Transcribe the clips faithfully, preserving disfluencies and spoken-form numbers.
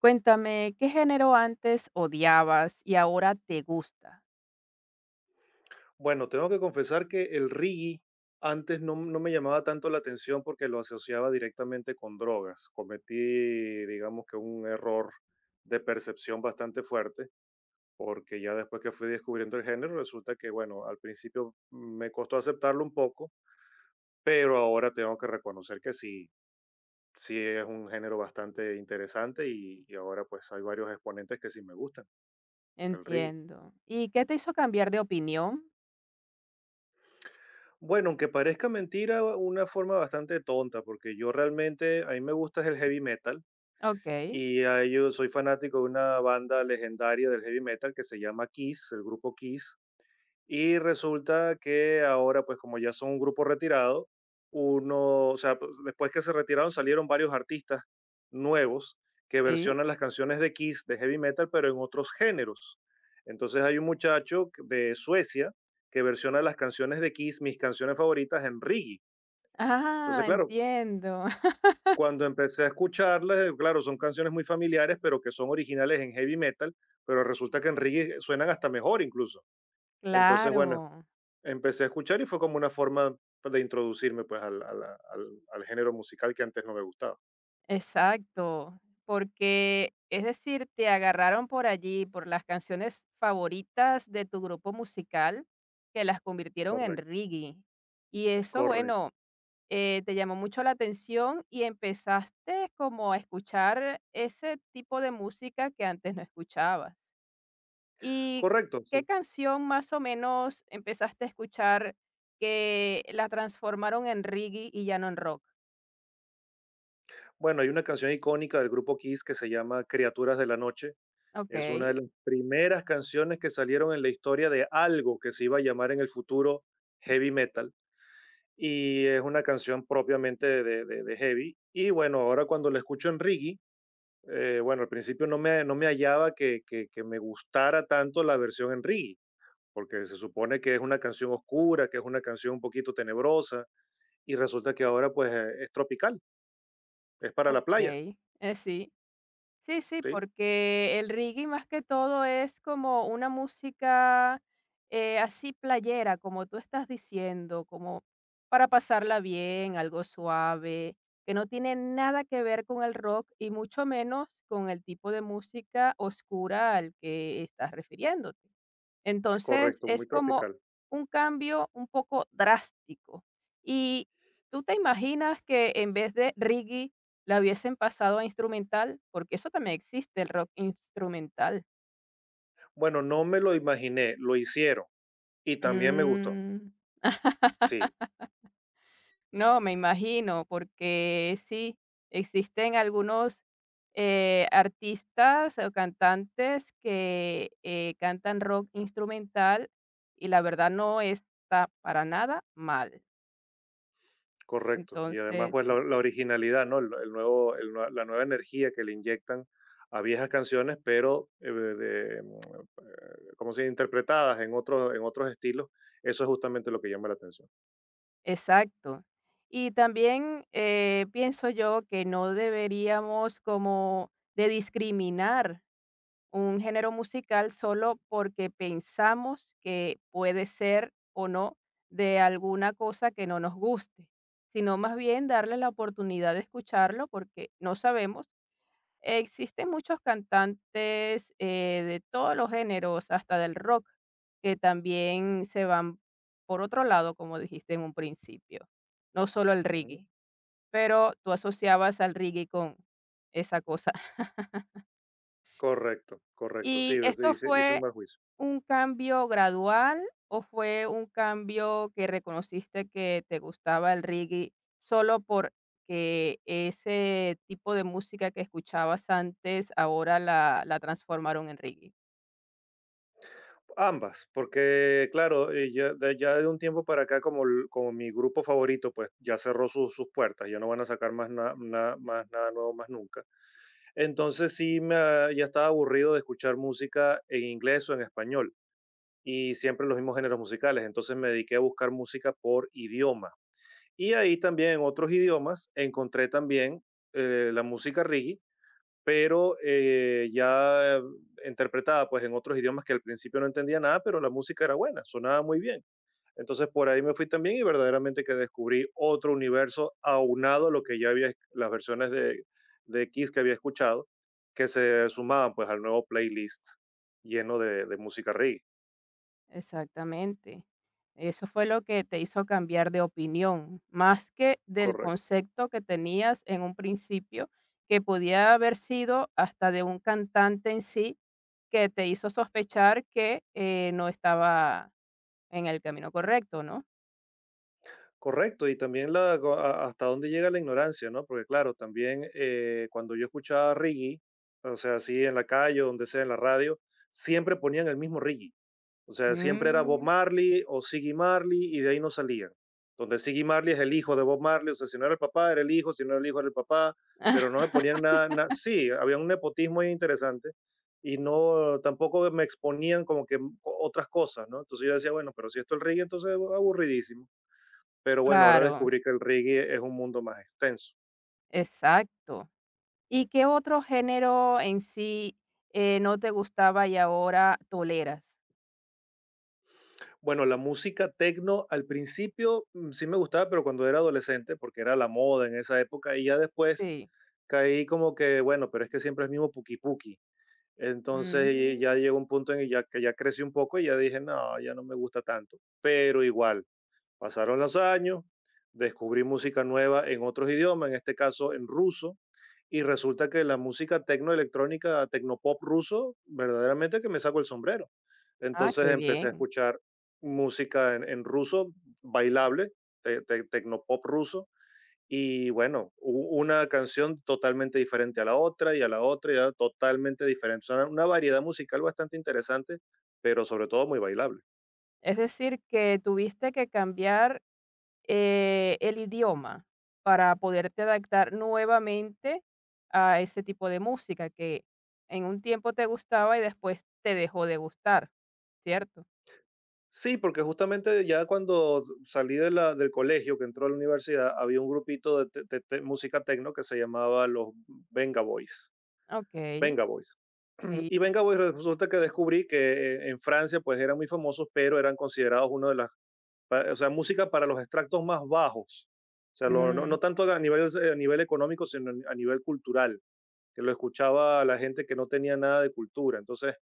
Cuéntame, ¿qué género antes odiabas y ahora te gusta? Bueno, tengo que confesar que el reggae antes no, no me llamaba tanto la atención porque lo asociaba directamente con drogas. Cometí, digamos que un error de percepción bastante fuerte, porque ya después que fui descubriendo el género, resulta que, bueno, al principio me costó aceptarlo un poco, pero ahora tengo que reconocer que sí, sí es un género bastante interesante y, y ahora pues hay varios exponentes que sí me gustan del reggae. Entiendo. ¿Y qué te hizo cambiar de opinión? Bueno, aunque parezca mentira, una forma bastante tonta, porque yo realmente, a mí me gusta es el heavy metal Okey, y ah, yo soy fanático de una banda legendaria del heavy metal que se llama Kiss, el grupo Kiss. Y resulta que ahora, pues como ya son un grupo retirado, uno, o sea, pues, después que se retiraron salieron varios artistas nuevos que sí. versionan las canciones de Kiss, de heavy metal, pero en otros géneros. Entonces hay un muchacho que- de Suecia que versiona las canciones de Kiss, mis canciones favoritas, en reggae. Entonces, Ah, claro, entiendo. cuando empecé a escucharlas, eh, claro, son canciones muy familiares, pero que son originales en heavy metal, pero resulta que en reggae suenan hasta mejor incluso. Entonces, Claro, bueno, Empecé a escuchar y fue como una forma pues, de introducirme, pues, al al al al género musical que antes no me gustaba. exacto. Porque, es decir, te agarraron por allí, por las canciones favoritas de tu grupo musical, que las convirtieron en Correcto. reggae. Y eso, Correcto, bueno, eh, te llamó mucho la atención y empezaste como a escuchar ese tipo de música que antes no escuchabas. ¿Y correcto, qué sí. canción más o menos empezaste a escuchar que la transformaron en reggae y ya no en rock? Bueno, hay una canción icónica del grupo Kiss que se llama Criaturas de la Noche. Es una Okey, de las primeras canciones que salieron en la historia de algo que se iba a llamar en el futuro heavy metal, y es una canción propiamente de de de de heavy. Y bueno, ahora cuando la escucho en reggae, eh, bueno, al principio no me no me hallaba que que que me gustara tanto la versión en reggae, porque se supone que es una canción oscura, que es una canción un poquito tenebrosa, y resulta que ahora pues eh, es tropical, es para la playa, okey, eh, sí. Sí, sí, ¿sí? porque el reggae más que todo es como una música eh, así playera, como tú estás diciendo, como para pasarla bien, algo suave, que no tiene nada que ver con el rock y mucho menos con el tipo de música oscura al que estás refiriéndote. Entonces, Correcto, muy es como tropical. un cambio un poco drástico. ¿Y tú te imaginas que en vez de reggae la hubiesen pasado a instrumental? Porque eso también existe, el rock instrumental. Bueno, no me lo imaginé, lo hicieron y también me gustó, Mm, sí, no, me imagino, porque sí, existen algunos eh, artistas o cantantes que eh, cantan rock instrumental y la verdad no está para nada mal. correcto. Y además Entonces, pues la, la originalidad, ¿no? El, el nuevo, el nue- la nueva energía que le inyectan a viejas canciones, pero eh, de, mm, eh, ¿cómo se dice? Interpretadas en otros, en otros estilos, eso es justamente lo que llama la atención. exacto. Y también, eh, pienso yo que no deberíamos como de discriminar un género musical solo porque pensamos que puede ser o no de alguna cosa que no nos guste, sino más bien darle la oportunidad de escucharlo porque no sabemos. Existen muchos cantantes, eh, de todos los géneros, hasta del rock, que también se van por otro lado, como dijiste en un principio, no solo el Ujú. reggae, pero tú asociabas al reggae con esa cosa. Correcto, correcto, sí, ¿Y te esto hice, hice un fue mal juicio. un cambio gradual o fue un cambio que reconociste que te gustaba el reggae solo porque ese tipo de música que escuchabas antes ahora la, la transformaron en reggae? Ambas, porque claro, eh, ya de, ya de un tiempo para acá, como, el- como mi grupo favorito, pues ya cerró sus sus puertas, ya no van a sacar más, na- na- más nada nuevo, más nunca. Entonces sí, me, ha- ya estaba aburrido de escuchar música en inglés o en español, y siempre los mismos géneros musicales, entonces me dediqué a buscar música por idioma. Y ahí también en otros idiomas encontré también eh, la música reggae pero eh, ya eh, interpretada pues en otros idiomas que al principio no entendía nada, pero la música era buena, sonaba muy bien. Entonces por ahí me fui también y verdaderamente que descubrí otro universo aunado a lo que ya había, las versiones de, de Kiss que había escuchado, que se sumaban pues al nuevo playlist lleno de, de música reggae. Exactamente. Eso fue lo que te hizo cambiar de opinión, más que del Correcto. concepto que tenías en un principio, que podía haber sido hasta de un cantante en sí, que te hizo sospechar que, eh, no estaba en el camino correcto, ¿no? Correcto, y también la, a- hasta dónde llega la ignorancia, ¿no? Porque claro, también eh, cuando yo escuchaba reggae, o sea, así en la calle o donde sea, en la radio, siempre ponían el mismo reggae. O sea, siempre era Bob Mm, Marley o Siggy Marley y de ahí no salían. Donde Siggy Marley es el hijo de Bob Marley, o sea, si no era el papá, era el hijo, si no era el hijo, era el papá, pero no me ponían nada, na- sí, había un nepotismo ahí interesante y no, tampoco me exponían como que otras cosas, ¿no? Entonces yo decía, bueno, pero si esto es el reggae, entonces aburridísimo, pero bueno, ahora claro, descubrí que el reggae es un mundo más extenso. exacto. ¿Y qué otro género en sí, eh, no te gustaba y ahora toleras? Bueno, la música techno al principio mm, sí me gustaba, pero cuando era adolescente, porque era la moda en esa época, y ya después Sí. caí como que, bueno, pero es que siempre es el mismo puki puki. Entonces y ya Mm, llegó un punto en que ya, que ya crecí un poco y ya dije, no, ya no me gusta tanto, pero igual. Pasaron los años, descubrí música nueva en otros idiomas, en este caso en ruso, y resulta que la música tecnoelectrónica, tecnopop ruso, verdaderamente que me saco el sombrero. ah, Entonces qué empecé a bien. escuchar música en, en ruso, bailable, te- te- tecnopop ruso, y bueno, u- una canción totalmente diferente a la otra y a la otra, y a- totalmente diferente. O sea, una variedad musical bastante interesante, pero sobre todo muy bailable. Es decir, que tuviste que cambiar, eh, el idioma para poderte adaptar nuevamente a ese tipo de música que en un tiempo te gustaba y después te dejó de gustar, ¿cierto? Sí, porque justamente ya cuando salí de la, del colegio, que entró a la universidad, había un grupito de, te- te- te- música techno que se llamaba los Venga Boys. Okey, Venga Boys. sí. Y Venga Boys resulta que descubrí que eh, en Francia pues eran muy famosos, pero eran considerados uno de las, pa- o sea, música para los extractos más bajos. O sea, lo- no, Mm, no tanto a nivel, eh, a nivel económico, sino a nivel cultural, que lo escuchaba la gente que no tenía nada de cultura. Entonces,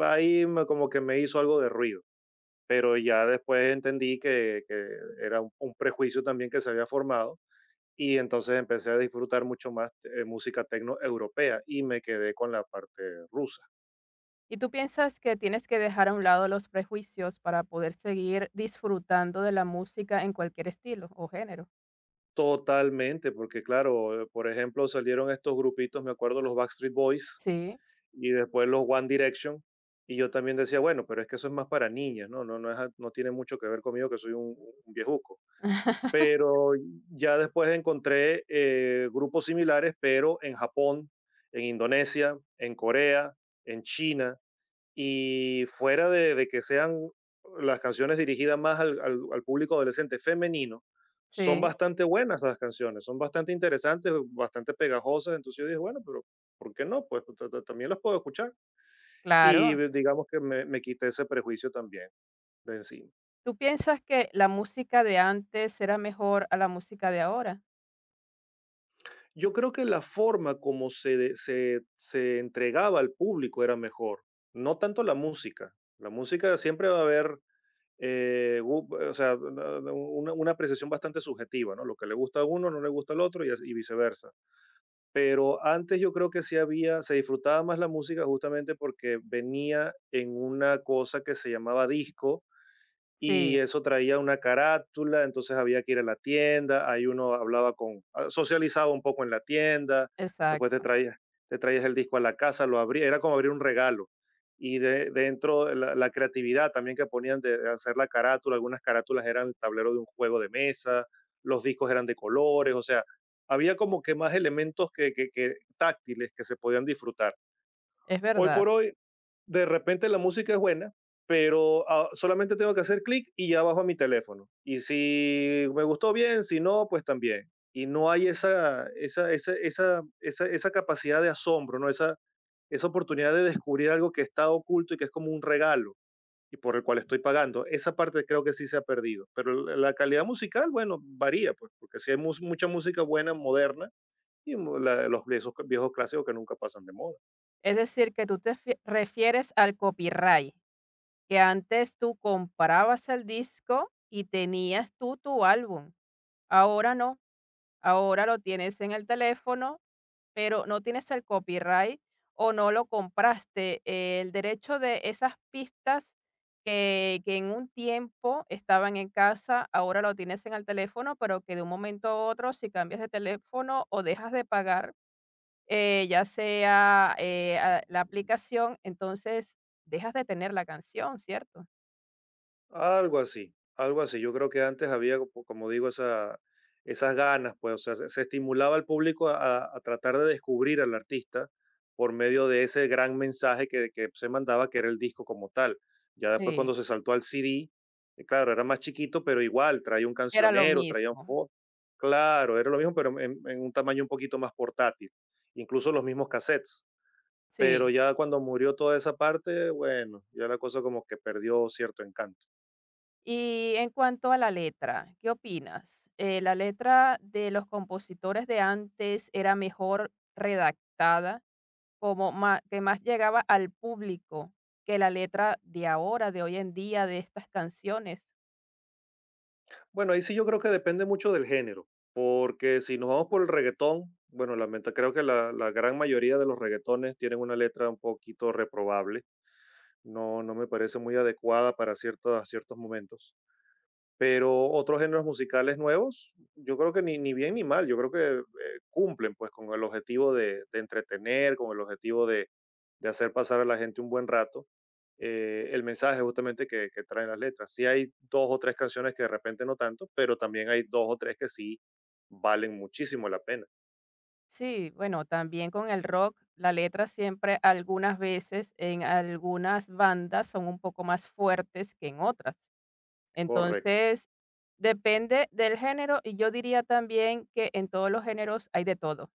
ahí me- como que me hizo algo de ruido pero ya después entendí que, que era un, un prejuicio también que se había formado y entonces empecé a disfrutar mucho más eh, música tecno europea y me quedé con la parte rusa. ¿y tú piensas que tienes que dejar a un lado los prejuicios para poder seguir disfrutando de la música en cualquier estilo o género? Totalmente, porque claro, eh, por ejemplo, salieron estos grupitos, me acuerdo los Backstreet Boys Sí. y después los One Direction y yo también decía, bueno, pero es que eso es más para niñas, no no no, es a- no tiene mucho que ver conmigo que soy un, un viejuco, pero ya después encontré eh, grupos similares, pero en Japón, en Indonesia, en Corea, en China, y fuera de, de que sean las canciones dirigidas más al, al- al público adolescente femenino, son Sí, bastante buenas las canciones, son bastante interesantes, bastante pegajosas, entonces yo dije, bueno, pero ¿por qué no? Pues ta- ta- también las puedo escuchar. Y claro. digamos que me me quité ese prejuicio también de encima. ¿Tú piensas que la música de antes era mejor a la música de ahora? Yo creo que la forma como se de se se entregaba al público era mejor, no tanto la música. La música siempre va a haber, eh, gu o sea, una una una apreciación bastante subjetiva, ¿no? Lo que le gusta a uno no le gusta al otro y as y viceversa. Pero antes yo creo que sí había se disfrutaba más la música justamente porque venía en una cosa que se llamaba disco, y Sí, eso traía una carátula, entonces había que ir a la tienda, ahí uno hablaba con, ah, socializaba un poco en la tienda, después te exacto, traías, te traías el disco a la casa, lo abría, era como abrir un regalo. Y de, dentro la, la creatividad también que ponían de de hacer la carátula, algunas carátulas eran el tablero de un juego de mesa, los discos eran de colores, o sea, había como que más elementos que, que, que táctiles que se podían disfrutar. es Hoy verdad. por hoy, de repente la música es buena, pero, ah, solamente tengo que hacer clic y ya bajo a mi teléfono. Y si me gustó, bien, si no, pues también. Y no hay esa esa esa esa esa esa capacidad de asombro, ¿no? Esa esa oportunidad de descubrir algo que está oculto y que es como un regalo, y por el cual estoy pagando. Esa parte creo que sí se ha perdido, pero la la calidad musical, bueno, varía, pues, porque sí hay mus mucha música buena, moderna, y mu la los viejos viejos clásicos que nunca pasan de moda. Es decir, que tú te fie- refieres al copyright, que antes tú comprabas el disco y tenías tú tu álbum. Ahora no, ahora lo tienes en el teléfono, pero no tienes el copyright o no lo compraste, eh, el derecho de esas pistas que, que en un tiempo estaban en casa, ahora lo tienes en el teléfono, pero que de un momento a otro, si cambias de teléfono o dejas de pagar, eh, ya sea eh, a- la aplicación, entonces dejas de tener la canción, ¿cierto? Algo así, algo así. Yo creo que antes había, como como digo, esa, esas ganas, pues, o sea, se, se estimulaba al público a, a- a tratar de descubrir al artista por medio de ese gran mensaje que, que se mandaba, que era el disco como tal. Ya después Sí. cuando se saltó al C D, eh, claro, era más chiquito, pero igual, traía un Era lo cancionero, traía un mismo. fondo. Claro, era lo mismo, pero en, en un tamaño un poquito más portátil. Incluso los mismos cassettes. Pero Sí. ya cuando murió toda esa parte, bueno, ya la cosa como que perdió cierto encanto. Y en cuanto a la letra, ¿qué opinas? Eh, ¿la letra de los compositores de antes era mejor redactada, como ma- que más llegaba al público que la letra de ahora, de hoy en día, de estas canciones? Bueno, ahí sí yo creo que depende mucho del género, porque si nos vamos por el reggaetón, bueno, lamenta, creo que la, la gran mayoría de los reggaetones tienen una letra un poquito reprobable, no, no me parece muy adecuada para ciertos, ciertos momentos, pero otros géneros musicales nuevos, yo creo que ni, ni bien ni mal, yo creo que eh, cumplen pues con el objetivo de, de entretener, con el objetivo de, de hacer pasar a la gente un buen rato, eh, el mensaje justamente que, que traen las letras. Sí hay dos o tres canciones que de repente no tanto, pero también hay dos o tres que sí valen muchísimo la pena. Sí, bueno, también con el rock, la letra siempre algunas veces en algunas bandas son un poco más fuertes que en otras. Correcto. Entonces, depende del género y yo diría también que en todos los géneros hay de todo.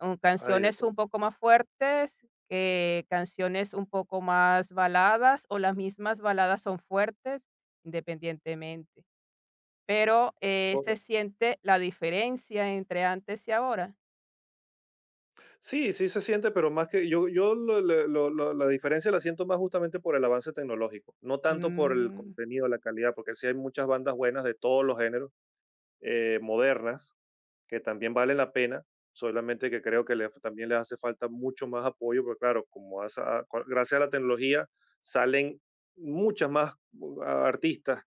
Mm, Hay de canciones todo. un poco más fuertes, que canciones un poco más baladas, o las mismas baladas son fuertes, independientemente. Pero, eh, se Correcto. siente la diferencia entre antes y ahora. Sí, sí se siente, pero más que yo, yo lo- lo- lo- lo- la diferencia la siento más justamente por el avance tecnológico, no tanto por el Mm, contenido, la calidad, porque sí hay muchas bandas buenas de todos los géneros, eh, modernas, que también valen la pena, solamente que creo que le- también les hace falta mucho más apoyo, porque claro, como a esa- cua- gracias a la tecnología salen muchas más uh, artistas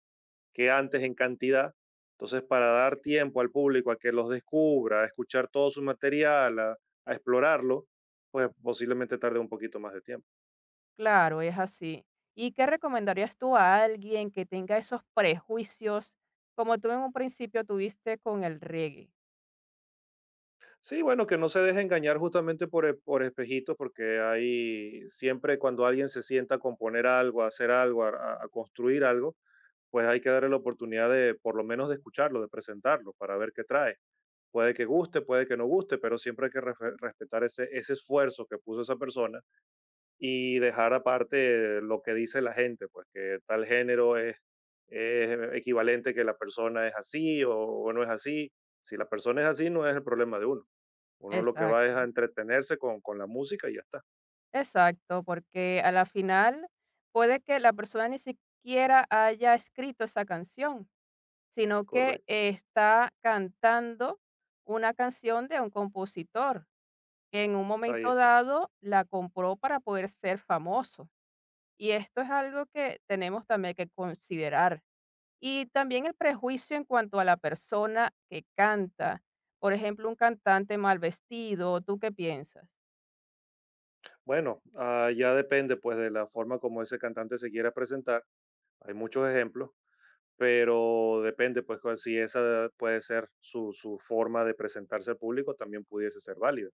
que antes en cantidad. Entonces, para dar tiempo al público a que los descubra, a escuchar todo su material, a, a explorarlo, pues posiblemente tarde un poquito más de tiempo. claro, es así. ¿Y qué recomendarías tú a alguien que tenga esos prejuicios, como tú en un principio tuviste con el reggae? Sí, bueno, que no se deje engañar justamente por, e- por espejitos, porque hay siempre cuando alguien se sienta a componer algo, a hacer algo, a, a- a construir algo, pues hay que darle la oportunidad de por lo menos de escucharlo, de presentarlo, para ver qué trae. Puede que guste, puede que no guste, pero siempre hay que refe- respetar ese, ese esfuerzo que puso esa persona y dejar aparte lo que dice la gente, pues que tal género es, es eh, equivalente que la persona es así o, o no es así. Si la persona es así, no es el problema de uno. Uno lo que va es Exacto. a entretenerse con, con la música y ya está. Exacto, porque a la final puede que la persona ni siquiera haya escrito esa canción, sino que Correcto, eh, está cantando una canción de un compositor que en un ahí momento está. dado la compró para poder ser famoso. Y esto es algo que tenemos también que considerar. Y también el prejuicio en cuanto a la persona que canta. Por ejemplo, un cantante mal vestido, ¿tú qué piensas? Bueno, ah, ya depende pues de la forma como ese cantante se quiera presentar. Hay muchos ejemplos, pero depende pues cuál- si esa puede ser su, su forma de presentarse al público, también pudiese ser válida.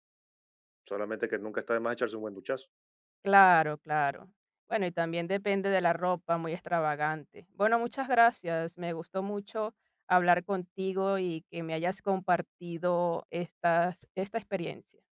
Solamente que nunca está de más echarse un buen duchazo. Claro, claro. Bueno, y también depende de la ropa muy extravagante. Bueno, muchas gracias. Me gustó mucho hablar contigo y que me hayas compartido estas, esta experiencia.